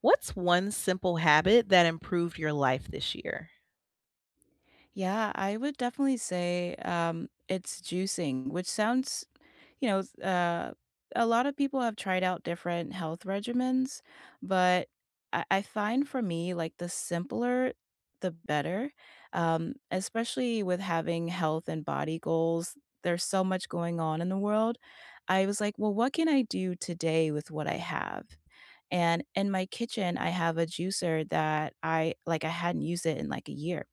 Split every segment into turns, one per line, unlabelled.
What's one simple habit that improved your life this year?
Yeah, I would definitely say it's juicing, which sounds, you know, s- uh, a lot of people have tried out different health regimens, but I find for me, like the simpler, the better, especially with having health and body goals. There's so much going on in the world. I was like, well, what can I do today with what I have? And in my kitchen, I have a juicer that I I hadn't used it in like a year.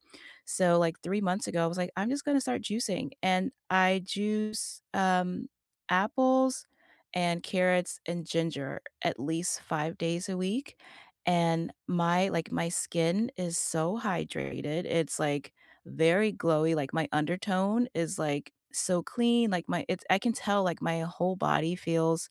So like 3 months ago, I was like, "I'm just gonna start juicing." And I juice, apples and carrots and ginger at least 5 days a week. And my skin is so hydrated. It's, like, very glowy, like, my undertone is, like, so clean, like, my it's I can tell, like, my whole body feels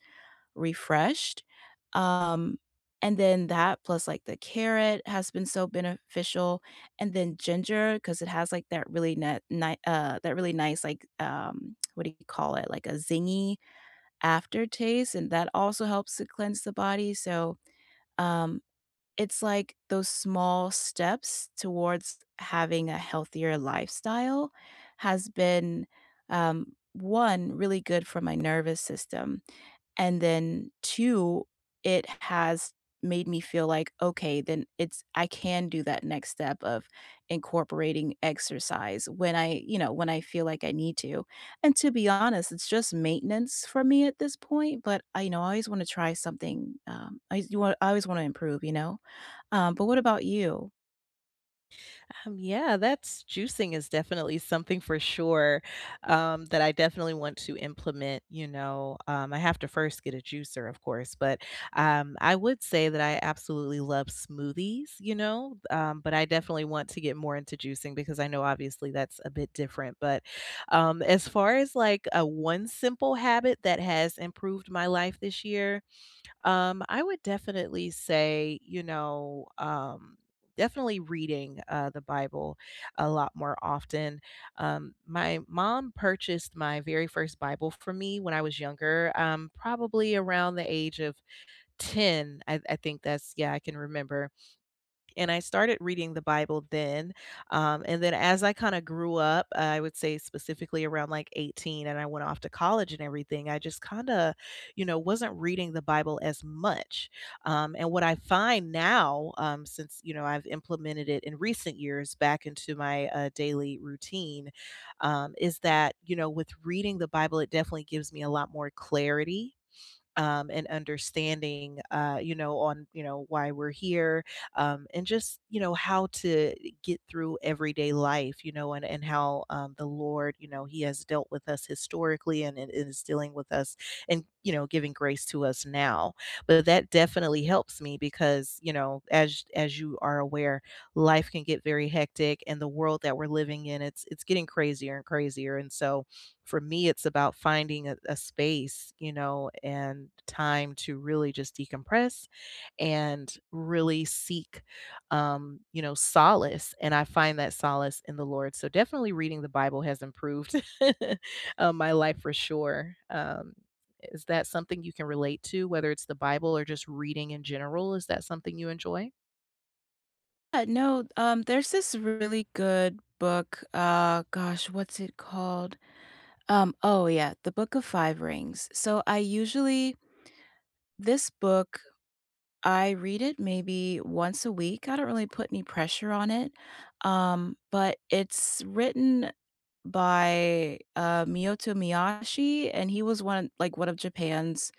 refreshed. Um, and then that plus like the carrot has been so beneficial, and then ginger because it has like that really nice like, what do you call it? Like a zingy aftertaste, and that also helps to cleanse the body, so, um, it's like those small steps towards having a healthier lifestyle has been 1, really good for my nervous system. And then 2, it has made me feel like, "Okay, then it's I can do that next step of incorporating exercise when when I feel like I need to." And to be honest, it's just maintenance for me at this point, but I always wanna try something, I just wa I always wanna improve, you know? But what about you?
Yeah, that's juicing is definitely something for sure that I definitely want to implement. You know, I have to first get a juicer, of course, but I would say that I absolutely love smoothies, you know, but I definitely want to get more into juicing because I know obviously that's a bit different. But as far as like a one simple habit that has improved my life this year, I would definitely say, you know, definitely reading the Bible a lot more often. My mom purchased my very first Bible for me when I was younger, probably around the age of 10. I think that's, yeah, I can remember, and I started reading the Bible then. And then as I kind of grew up, I would say specifically around like 18, and I went off to college and everything, I just kind of, you know, wasn't reading the Bible as much. And what I find now, since, you know, I've implemented it in recent years back into my daily routine, is that, you know, with reading the Bible, it definitely gives me a lot more clarity and understanding, you know, on you know why we're here, and just you know how to get through everyday life, you know, and how the Lord, you know, He has dealt with us historically and is dealing with us, and you know, giving grace to us now. But that definitely helps me because you know, as you are aware, life can get very hectic, and the world that we're living in, it's getting crazier and crazier, and so for me it's about finding a space you know and time to really just decompress and really seek you know solace, and I find that solace in the Lord. So definitely reading the Bible has improved my life for sure. Is that something you can relate to, whether it's the Bible or just reading in general? Is that something you enjoy?
No, there's this really good book, gosh, what's it called? Oh, yeah, The Book of Five Rings. So I usually This book, I read it maybe once a week. I don't really put any pressure on it, but it's written by Miyoto Miyashi, and he was one like one of Japan's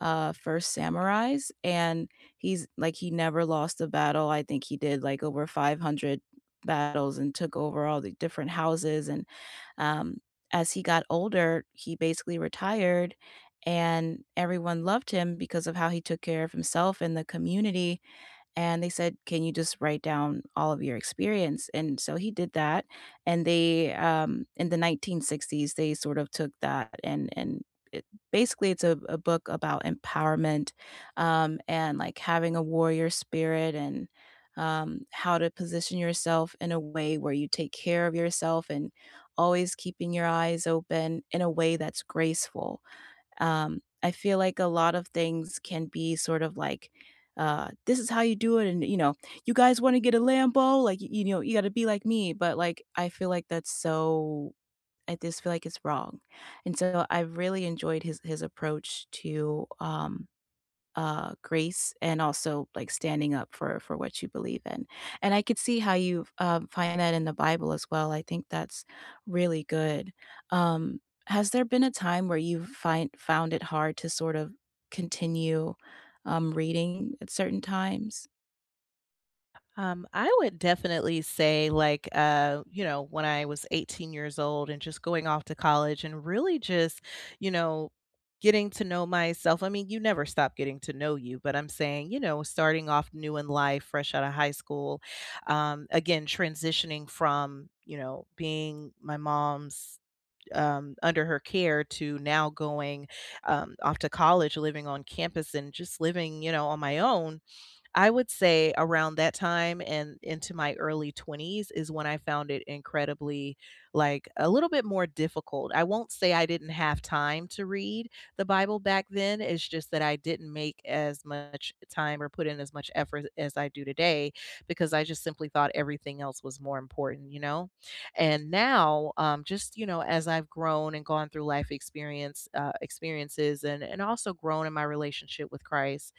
first samurais, and he never lost a battle. I think he did like over 500 battles and took over all the different houses. And um as he got older, he basically retired, and everyone loved him because of how he took care of himself and the community, and they said, "Can you just write down all of your experience?" And so he did that, and they, in the 1960s, they sort of took that and it, basically it's a book about empowerment, and like having a warrior spirit, and how to position yourself in a way where you take care of yourself and always keeping your eyes open in a way that's graceful. I feel like a lot of things can be sort of like, this is how you do it, and you know, you guys want to get a Lambo, like you know, you got to be like me. But like, I feel like that's so. I just feel like it's wrong, and so I really enjoyed his approach to grace and also like standing up for what you believe in. And I could see how you find that in the Bible as well. I think that's really good. Um, has there been a time where you find found it hard to sort of continue reading at certain times?
I would definitely say like you know, when I was 18 years old and just going off to college and really just, you know, getting to know myself. I mean, you never stop getting to know you, but I'm saying, you know, starting off new in life, fresh out of high school, again, transitioning from, you know, being my mom's under her care to now going off to college, living on campus, and just living you know on my own. I would say around that time and into my early 20s is when I found it incredibly, like, a little bit more difficult. I won't say I didn't have time to read the Bible back then. It's just that I didn't make as much time or put in as much effort as I do today, because I just simply thought everything else was more important, you know? And now, just, you know, as I've grown and gone through life experience, experiences, and also grown in my relationship with Christ,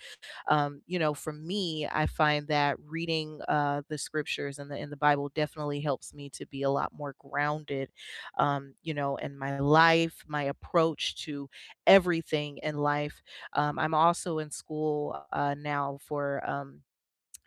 you know, for me, I find that reading the scriptures and the in the Bible definitely helps me to be a lot more grounded, you know, in my life, my approach to everything in life. I'm also in school now for.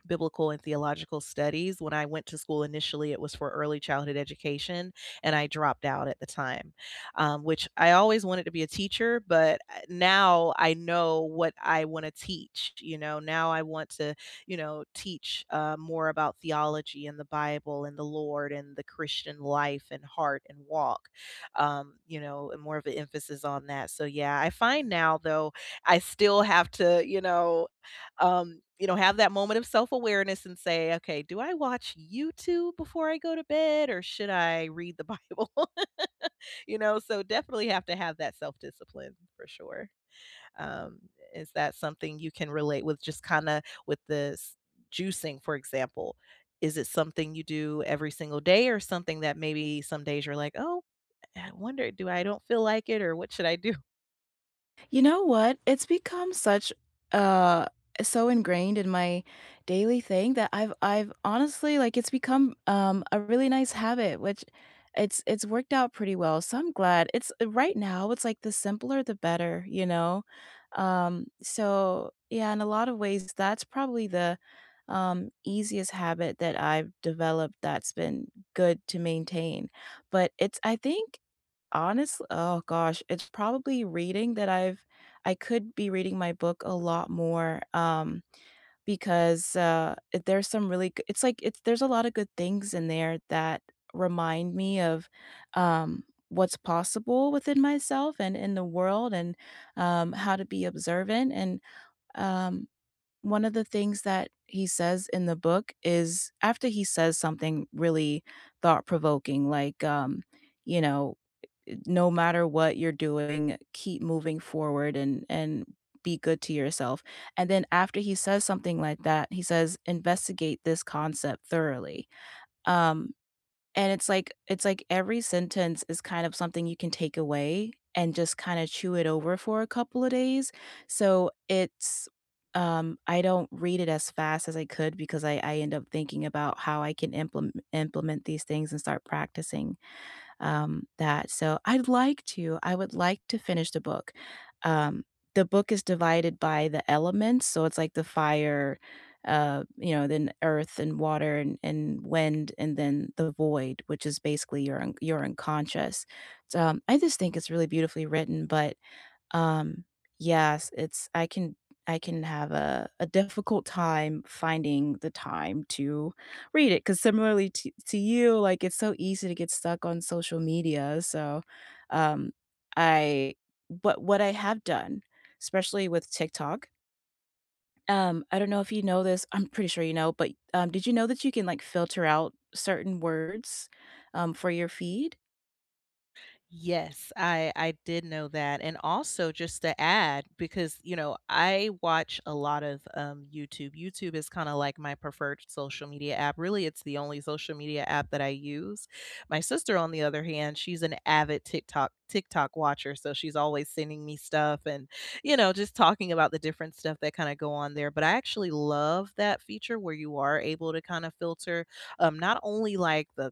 Biblical and theological studies. When I went to school initially, it was for early childhood education, and I dropped out at the time, which I always wanted to be a teacher, but now I know what I want to teach. You know, now I want to, you know, teach more about theology and the Bible and the Lord and the Christian life and heart and walk, you know, and more of an emphasis on that. So, yeah, I find now, though, I still have to, you know, have that moment of self-awareness and say, "Okay, do I watch YouTube before I go to bed or should I read the Bible?" You know, so definitely have to have that self-discipline for sure. Um, is that something you can relate with, just kinda with this juicing, for example? Is it something you do every single day or something that maybe some days you're like, "Oh, I wonder do I don't feel like it or what should I do?"
You know what? It's become such uh so ingrained in my daily thing that I've honestly like it's become a really nice habit, which it's worked out pretty well. So I'm glad. It's right now it's like the simpler the better, you know? So yeah, in a lot of ways that's probably the easiest habit that I've developed that's been good to maintain. But it's I think honestly oh gosh, it's probably reading that I could be reading my book a lot more, because, it- there's some really g it's like it's there's a lot of good things in there that remind me of, um, what's possible within myself and in the world, and, how to be observant, and, um, one of the things that he says in the book is after he says something really thought-provoking, like, you know, no matter what you're doing, keep moving forward and be good to yourself. And then after he says something like that, he says, investigate this concept thoroughly. Um, and it's like every sentence is kind of something you can take away and just kind of chew it over for a couple of days. So it's I don't read it as fast as I could because I end up thinking about how I can implement these things and start practicing that, so I would like to finish the book. Um, the book is divided by the elements, so it's like the fire, you know, then earth and water, and wind, and then the void, which is basically your unconscious. So, I just think it's really beautifully written, but um, yes, it's I can have a difficult time finding the time to read it. Cause similarly to you, like, it's so easy to get stuck on social media, so, um, I but what I have done, especially with TikTok, I don't know if you know this, I'm pretty sure you know, but, did you know that you can, like, filter out certain words, for your feed?
Yes, I did know that, and also just to add, because you know I watch a lot of YouTube. YouTube is kind of like my preferred social media app. Really, it's the only social media app that I use. My sister, on the other hand, she's an avid TikTok watcher, so she's always sending me stuff and you know just talking about the different stuff that kind of go on there. But I actually love that feature where you are able to kind of filter not only like the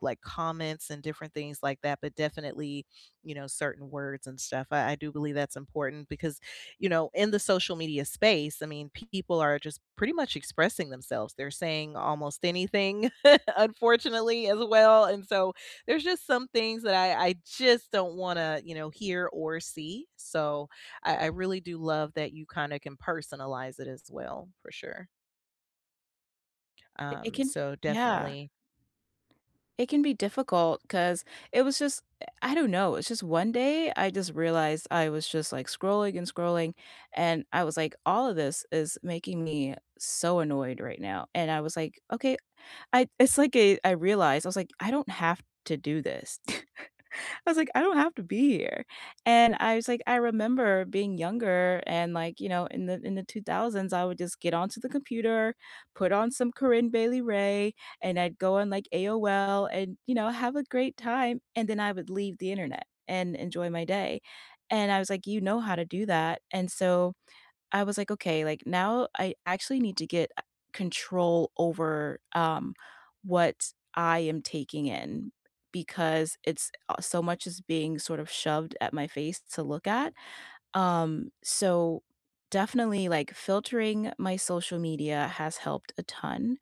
like comments and different things like that, but definitely, you know, certain words and stuff. I do believe that's important because, you know, in the social media space, I mean, people are just pretty much expressing themselves. They're saying almost anything, unfortunately, as well. And so there's just some things that I just don't want to, you know, hear or see. So I really do love that you kind of can personalize it as well, for sure.
It can
So
yeah.
definitely.
It can be difficult because it was just I don't know, it's just one day I just realized I was just, like, scrolling and scrolling, and I was like, "All of this is making me so annoyed right now," and I was like, "Okay." I realized, I was like, "I don't have to do this." I was like, "I don't have to be here." And I was like, I remember being younger and like, you know, in the 2000s, I would just get onto the computer, put on some Corinne Bailey Rae, and I'd go on like AOL and, you know, have a great time, and then I would leave the internet and enjoy my day. And I was like, "You know how to do that." And so I was like, "Okay, like, now I actually need to get control over, what I am taking in because it's, so much is being sort of shoved at my face to look at." So definitely, like, filtering my social media has helped a ton,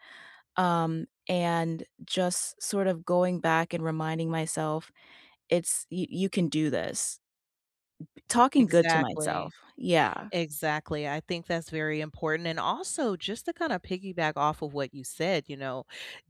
and just sort of going back and reminding myself, "It's you can do this." Talking good to
Exactly.
myself. Yeah.
Exactly. I think that's very important. And also, just to kind of piggyback off of what you said, you know,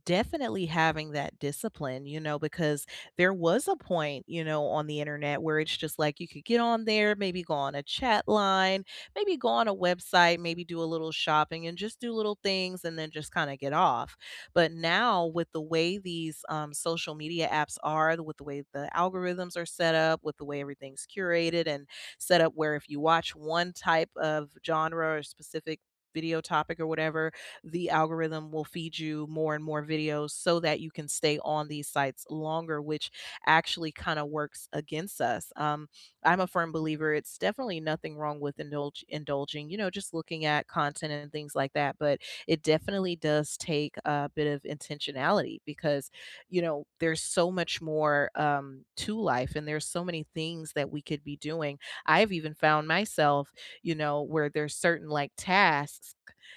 definitely having that discipline, you know, because there was a point, you know, on the internet where it's just like you could get on there, maybe go on a chat line, maybe go on a website, maybe do a little shopping and just do little things and then just kind of get off. But now, with the way these social media apps are, with the way the algorithms are set up, with the way everything's curated and set up where if you watch one type of genre or specific video topic or whatever, the algorithm will feed you more and more videos so that you can stay on these sites longer, which actually kind of works against us. I'm a firm believer it's definitely nothing wrong with indulging, you know, just looking at content and things like that, but it definitely does take a bit of intentionality because, you know, there's so much more to life, and there's so many things that we could be doing. I've even found myself, you know, where there's certain like tasks,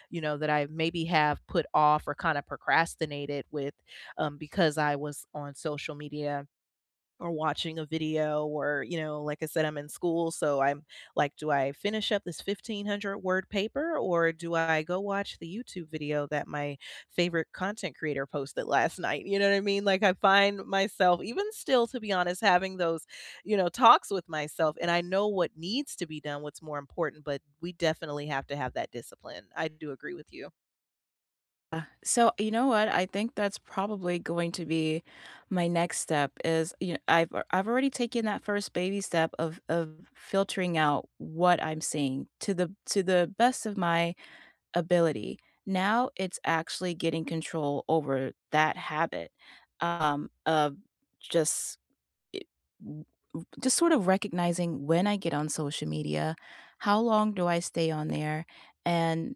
you know, that I maybe have put off or kind of procrastinated with because I was on social media or watching a video or, you know, like I said, I'm in school, so I'm like, do I finish up this 1,500 word paper or do I go watch the YouTube video that my favorite content creator posted last night? You know what I mean? Like I find myself even still to be honest having those, you know, talks with myself, and I know what needs to be done, what's more important, but we definitely have to have that discipline. I do agree with you.
So, you know what? I think that's probably going to be my next step is, you know, I've already taken that first baby step of filtering out what I'm seeing to the best of my ability. Now it's actually getting control over that habit of just it- w- w- just sort of recognizing when I get on social media, how long do I stay on there? And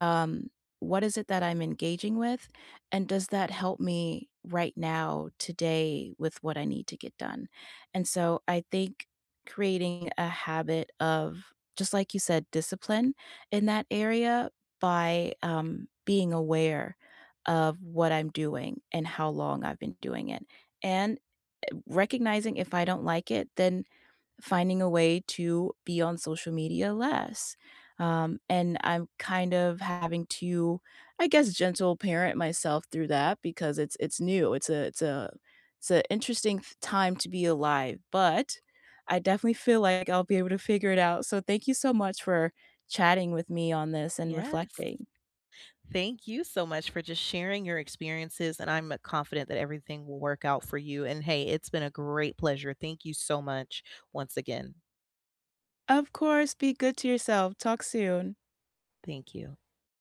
um, what is it that I'm engaging with? And does that help me right now, today, with what I need to get done? And so I think creating a habit of, just like you said, discipline in that area by being aware of what I'm doing and how long I've been doing it. And recognizing if I don't like it, then finding a way to be on social media less. And I'm kind of having to, I guess, gentle parent myself through that because it's new. It's a it's an interesting time to be alive, but I definitely feel like I'll be able to figure it out. So thank you so much for chatting with me on this and
Yes.
reflecting.
Thank you so much for just sharing your experiences, and I'm confident that everything will work out for you. And hey, it's been a great pleasure. Thank you so much once again.
Of course, be good to yourself. Talk soon.
Thank you.